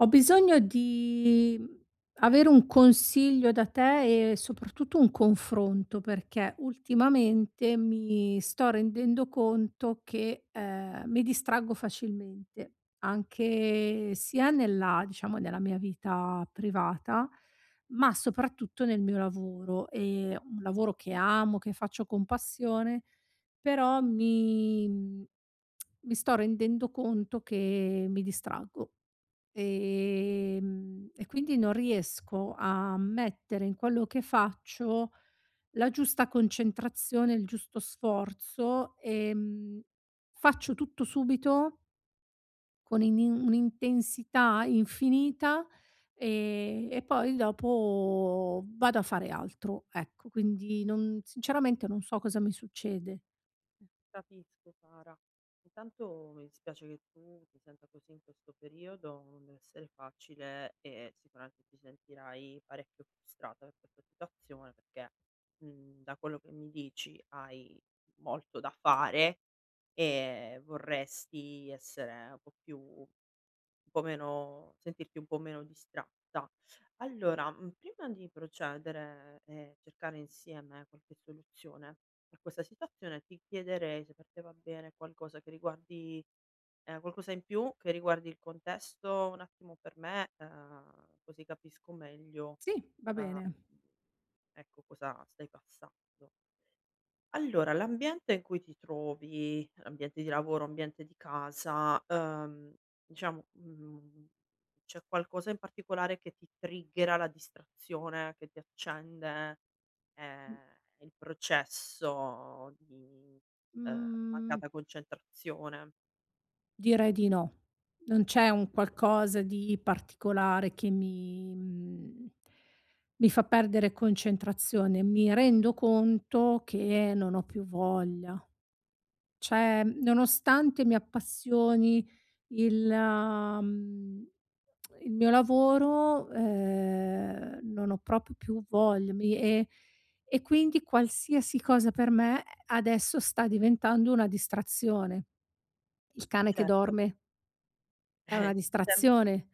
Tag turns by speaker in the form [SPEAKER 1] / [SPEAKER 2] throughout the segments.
[SPEAKER 1] Ho bisogno di avere un consiglio da te e soprattutto un confronto perché ultimamente mi sto rendendo conto che mi distraggo facilmente, anche sia nella, diciamo, nella mia vita privata, ma soprattutto nel mio lavoro. È un lavoro che amo, che faccio con passione, però mi sto rendendo conto che mi distraggo. E quindi non riesco a mettere in quello che faccio la giusta concentrazione, il giusto sforzo, faccio tutto subito con in un'intensità infinita, e poi dopo vado a fare altro, ecco. Quindi non sinceramente non so cosa mi succede.
[SPEAKER 2] Capisco cara. Intanto mi dispiace che tu ti senta così in questo periodo, non deve essere facile e sicuramente ti sentirai parecchio frustrata per questa situazione perché, da quello che mi dici hai molto da fare e vorresti essere un po' meno sentirti un po' meno distratta. Allora, prima di procedere e cercare insieme qualche soluzione a questa situazione, ti chiederei se per te va bene qualcosa che riguardi qualcosa in più che riguardi il contesto un attimo per me, così capisco meglio,
[SPEAKER 1] Sì, va
[SPEAKER 2] ehm,
[SPEAKER 1] bene.
[SPEAKER 2] ecco, cosa stai passando. Allora, l'ambiente in cui ti trovi, ambiente di lavoro, ambiente di casa, diciamo, c'è qualcosa in particolare che ti triggera la distrazione, che ti accende,
[SPEAKER 1] Mh.
[SPEAKER 2] ehm, il processo di,
[SPEAKER 1] Mhmm.
[SPEAKER 2] mancata concentrazione?
[SPEAKER 1] Direi di no. Non c'è un qualcosa di particolare che mi fa perdere concentrazione. Mi rendo conto che non ho più voglia. Cioè, nonostante mi appassioni il mhmm, il mio lavoro, non ho proprio più voglia. Mi e quindi qualsiasi cosa per me adesso sta diventando una distrazione. Il cane che
[SPEAKER 2] Certo.
[SPEAKER 1] dorme. È una
[SPEAKER 2] Eh, Sem
[SPEAKER 1] distrazione,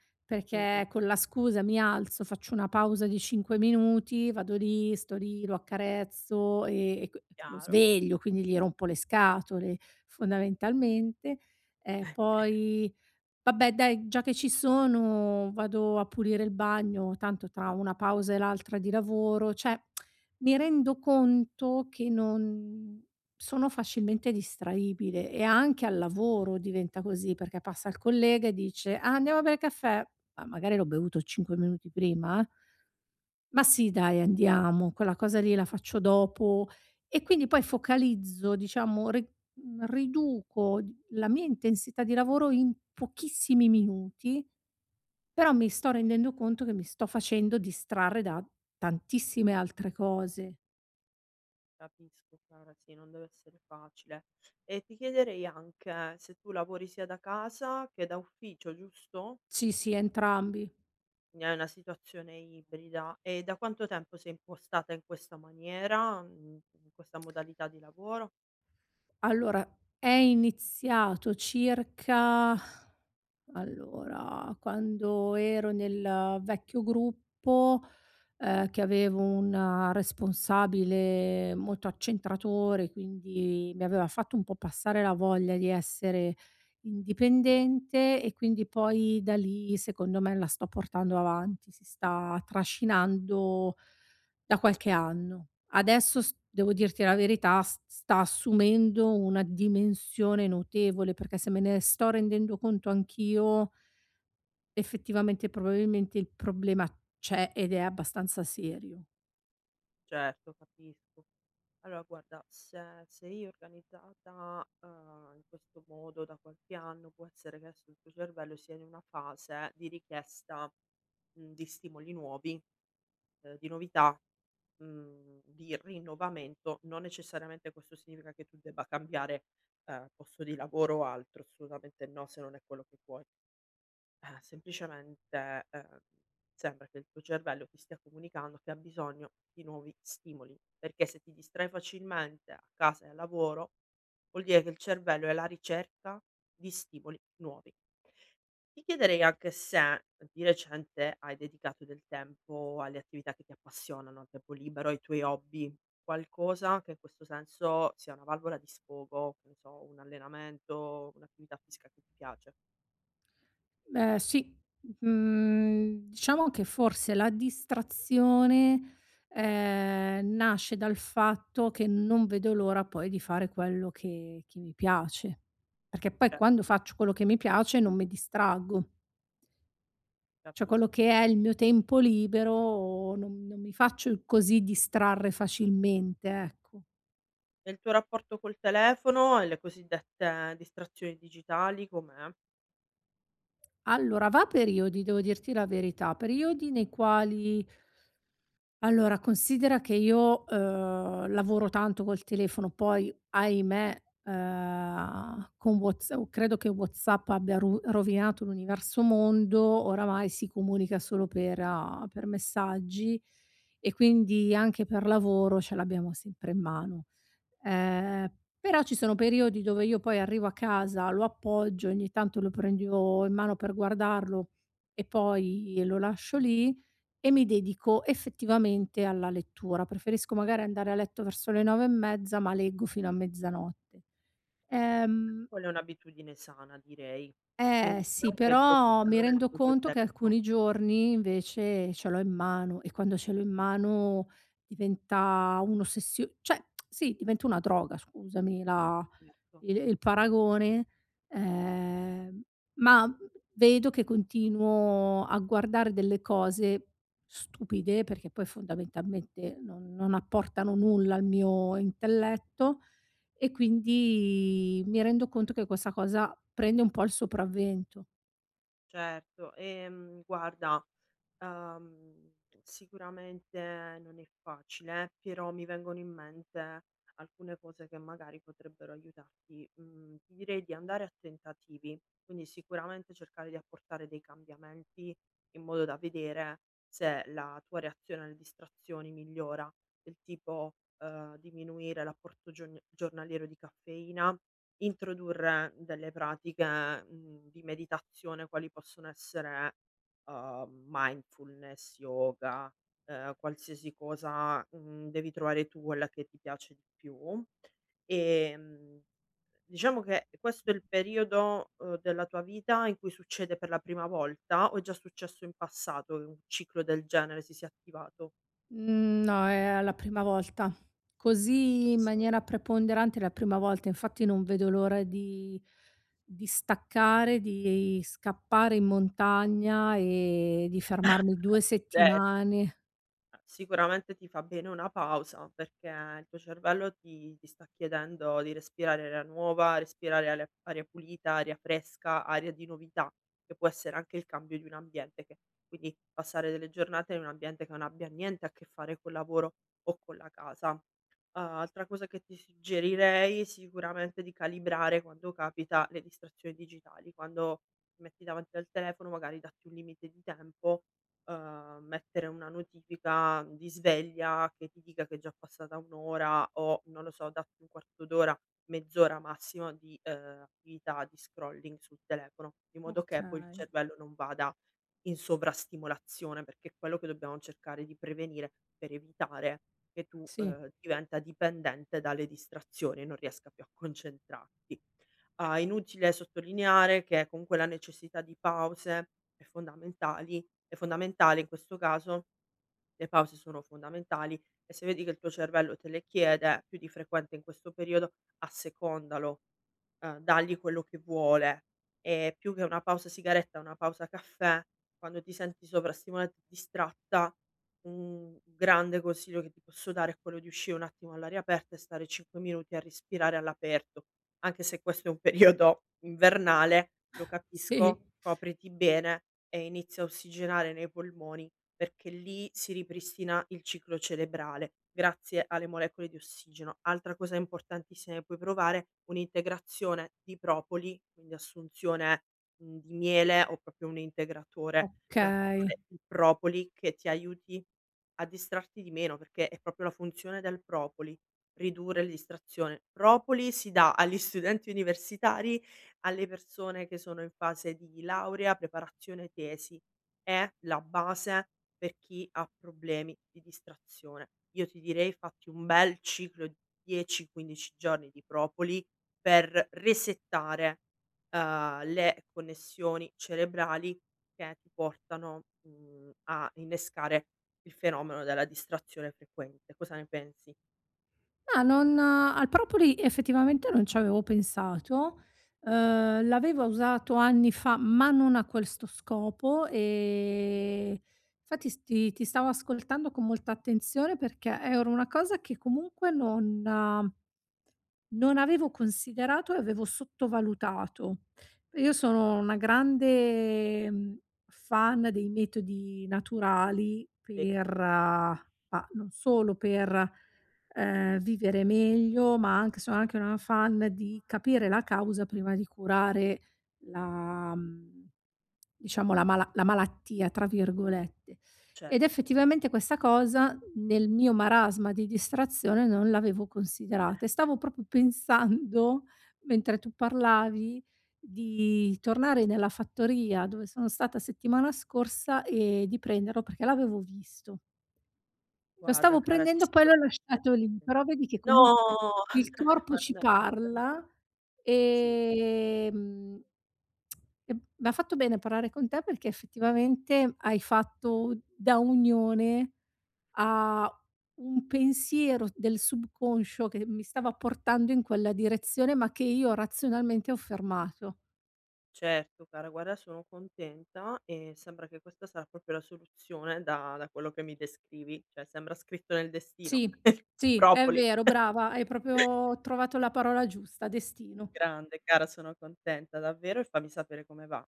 [SPEAKER 2] mh,
[SPEAKER 1] perché con la scusa mi alzo, faccio una pausa di 5 minuti, vado lì, sto lì, lo accarezzo e que lo
[SPEAKER 2] chiaro,
[SPEAKER 1] sveglio, quindi gli rompo le scatole fondamentalmente. Ehm, poi vabbè dai, già che ci sono vado a pulire il bagno, tanto tra una pausa e l'altra di lavoro, cioè mi rendo conto che non sono facilmente distraibile e anche al lavoro diventa così, perché passa il collega e dice: "Ah, andiamo a bere caffè." Ma magari l'ho bevuto 5 minuti prima, eh. Ma sì dai andiamo, quella cosa lì la faccio dopo e quindi poi focalizzo, diciamo riduco d la mia intensità di lavoro in pochissimi minuti, però mi sto rendendo conto che mi sto facendo distrarre da tantissime altre cose.
[SPEAKER 2] capisco Chiara, sì, non deve essere facile. E ti chiederei anche se tu lavori sia da casa che da ufficio, giusto?
[SPEAKER 1] Sì, sì, entrambi.
[SPEAKER 2] Quindi è una situazione ibrida. E da quanto tempo sei impostata in questa maniera, in questa modalità di lavoro?
[SPEAKER 1] Allora, è iniziato circa allora, quando ero nel vecchio gruppo, che avevo un responsabile molto accentratore, quindi mi aveva fatto un po' passare la voglia di essere indipendente e quindi poi da lì secondo me la sto portando avanti, si sta trascinando da qualche anno. Adesso s devo
[SPEAKER 2] Mh,
[SPEAKER 1] dirti la verità, s sta assumendo una dimensione notevole, perché se me ne sto rendendo conto anch'io, effettivamente probabilmente il problema c'è ed è abbastanza serio.
[SPEAKER 2] certo, capisco. Allora guarda, se sei organizzata, in questo modo da qualche anno, può essere che adesso il tuo cervello sia in una fase di richiesta, di stimoli nuovi, di novità, di rinnovamento. Non necessariamente questo significa che tu debba cambiare, posto di lavoro o altro, assolutamente no, se non è quello che vuoi. Semplicemente, sembra che il tuo cervello ti stia comunicando che ha bisogno di nuovi stimoli, perché se ti distrai facilmente a casa e al lavoro, vuol dire che il cervello è alla ricerca di stimoli nuovi. Ti chiederei anche se di recente hai dedicato del tempo alle attività che ti appassionano, al tempo libero, ai tuoi hobby, qualcosa che in questo senso sia una valvola di sfogo, che ne so, un allenamento, un'attività fisica che ti piace.
[SPEAKER 1] Ehm, sì, diciamo che forse la distrazione, nasce dal fatto che non vedo l'ora poi di fare quello che mi piace, perché poi quando
[SPEAKER 2] Certo,
[SPEAKER 1] faccio quello che mi piace non mi distraggo. Cioè quello
[SPEAKER 2] capisco.
[SPEAKER 1] che è il mio tempo libero non mi faccio così distrarre facilmente, ecco.
[SPEAKER 2] E il tuo rapporto col telefono e le cosiddette distrazioni digitali com'è?
[SPEAKER 1] Allora, va a periodi, devo dirti la verità, periodi nei quali allora considera che io, lavoro tanto col telefono, poi ahimè, con Whats credo che WhatsApp abbia ru rovinato l'universo mondo, oramai si comunica solo per per messaggi e quindi anche per lavoro ce l'abbiamo sempre in mano. Ehm, però ci sono periodi dove io poi arrivo a casa, lo appoggio, ogni tanto lo prendo in mano per guardarlo e poi lo lascio lì e mi dedico effettivamente alla lettura. Preferisco magari andare a letto verso le 9 e mezza, ma leggo fino a mezzanotte. Ehm,
[SPEAKER 2] Quella è un'abitudine sana direi. Quindi
[SPEAKER 1] eh sì,
[SPEAKER 2] diciamo che il
[SPEAKER 1] però mi
[SPEAKER 2] problema non è
[SPEAKER 1] rendo
[SPEAKER 2] proprio il
[SPEAKER 1] conto che
[SPEAKER 2] telefono.
[SPEAKER 1] alcuni giorni invece ce l'ho in mano e quando ce l'ho in mano diventa un'ossessio cioè sì, diventa una droga, scusami la
[SPEAKER 2] Certo.
[SPEAKER 1] il paragone, ehm, ma vedo che continuo a guardare delle cose stupide, perché poi fondamentalmente non apportano nulla al mio intelletto e quindi mi rendo conto che questa cosa prende un po' il sopravvento.
[SPEAKER 2] Certo, guarda, uhm, sicuramente non è facile, però mi vengono in mente alcune cose che magari potrebbero aiutarti. Mhmm, ti direi di andare a tentativi, quindi sicuramente cercare di apportare dei cambiamenti in modo da vedere se la tua reazione alle distrazioni migliora, del tipo, diminuire l'apporto giornaliero di caffeina introdurre delle pratiche, di meditazione quali possono essere, mindfulness, yoga, qualsiasi cosa, devi trovare tu quella che ti piace di più. Ehm, diciamo che questo è il periodo, della tua vita in cui succede per la prima volta o è già successo in passato che un ciclo del genere si sia attivato?
[SPEAKER 1] Mhmm, no, è la prima volta. Così in maniera
[SPEAKER 2] Sono
[SPEAKER 1] preponderante è la prima volta, infatti non vedo l'ora di staccare, di scappare in montagna e di fermarmi 2
[SPEAKER 2] eh.
[SPEAKER 1] settimane.
[SPEAKER 2] Sicuramente ti fa bene una pausa perché il tuo cervello ti sta chiedendo di respirare aria nuova, respirare aria pulita, aria fresca, aria di novità, che può essere anche il cambio di un ambiente, quindi passare delle giornate in un ambiente che non abbia niente a che fare col lavoro o con la casa. Ah, altra cosa che ti suggerirei sicuramente di calibrare quando capita le distrazioni digitali, quando ti metti davanti al telefono magari datti un limite di tempo, mettere una notifica di sveglia che ti dica che è già passata 1 ora o, non lo so, datti un quarto d'ora, mezz'ora massimo di, attività di scrolling sul telefono, in modo che poi il
[SPEAKER 1] Okay,
[SPEAKER 2] cervello non vada in sovrastimolazione, perché è quello che dobbiamo cercare di prevenire per evitare che tu,
[SPEAKER 1] sì,
[SPEAKER 2] diventa dipendente dalle distrazioni e non riesca più a concentrarti. Ah, inutile sottolineare che comunque la necessità di pause è fondamentale in questo caso, le pause sono fondamentali e se vedi che il tuo cervello te le chiede più di frequente in questo periodo, assecondalo, dargli quello che vuole. E più che una pausa sigaretta, una pausa caffè, quando ti senti sovrastimolata e distratta, un grande consiglio che ti posso dare è quello di uscire un attimo all'aria aperta e stare 5 minuti a respirare all'aperto. Anche se questo è un periodo invernale, lo
[SPEAKER 1] sì,
[SPEAKER 2] capisco, copriti bene e inizia a ossigenare nei polmoni perché lì si ripristina il ciclo cerebrale grazie alle molecole di ossigeno. Altra cosa importantissima puoi provare, un'integrazione di propoli, quindi assunzione, di miele o proprio un integratore
[SPEAKER 1] okay.
[SPEAKER 2] naturale di propoli che ti aiuti a distrarti di meno, perché è proprio la funzione del propoli, ridurre la distrazione. Propoli si dà agli studenti universitari, alle persone che sono in fase di laurea, preparazione tesi. È la base per chi ha problemi di distrazione. Io ti direi fatti un bel ciclo di 10, 15 giorni di propoli per resettare, le connessioni cerebrali che ti portano, a innescare il fenomeno della distrazione frequente. Cosa ne pensi?
[SPEAKER 1] Ma non al propoli effettivamente non ci avevo pensato. L'avevo usato anni fa, ma non a questo scopo, infatti s ti ti stavo ascoltando con molta attenzione perché era una cosa che comunque non avevo considerato e avevo sottovalutato. Io sono una grande, fan dei metodi naturali
[SPEAKER 2] E
[SPEAKER 1] per ma non solo per, vivere meglio, ma anche sono anche una fan di capire la causa prima di curare la mhmm, diciamo la "malattia" tra virgolette. Ed
[SPEAKER 2] Certo cara.
[SPEAKER 1] effettivamente questa cosa nel mio marasma di distrazione non l'avevo considerata e stavo proprio pensando, mentre tu parlavi, di tornare nella fattoria dove sono stata settimana scorsa e di prenderlo perché l'avevo visto. Lo
[SPEAKER 2] Guarda
[SPEAKER 1] stavo
[SPEAKER 2] cara, sì.
[SPEAKER 1] prendendo, poi
[SPEAKER 2] Sì.
[SPEAKER 1] l'ho lasciato lì, però vedi che comunque
[SPEAKER 2] No!
[SPEAKER 1] il corpo ci
[SPEAKER 2] Mannaggia.
[SPEAKER 1] parla,
[SPEAKER 2] Sì.
[SPEAKER 1] ehm, e m'ha fatto bene parlare con te perché effettivamente hai fatto da unione a un pensiero del subconscio che mi stava portando in quella direzione, ma che io razionalmente ho fermato.
[SPEAKER 2] Certo cara, guarda sono contenta e sembra che questa sarà proprio la soluzione da quello che mi descrivi, cioè sembra scritto nel destino.
[SPEAKER 1] Sì, sì, è
[SPEAKER 2] Propoli.
[SPEAKER 1] vero, brava, hai proprio trovato la parola giusta, destino.
[SPEAKER 2] Grande cara, sono contenta davvero e fammi sapere come va.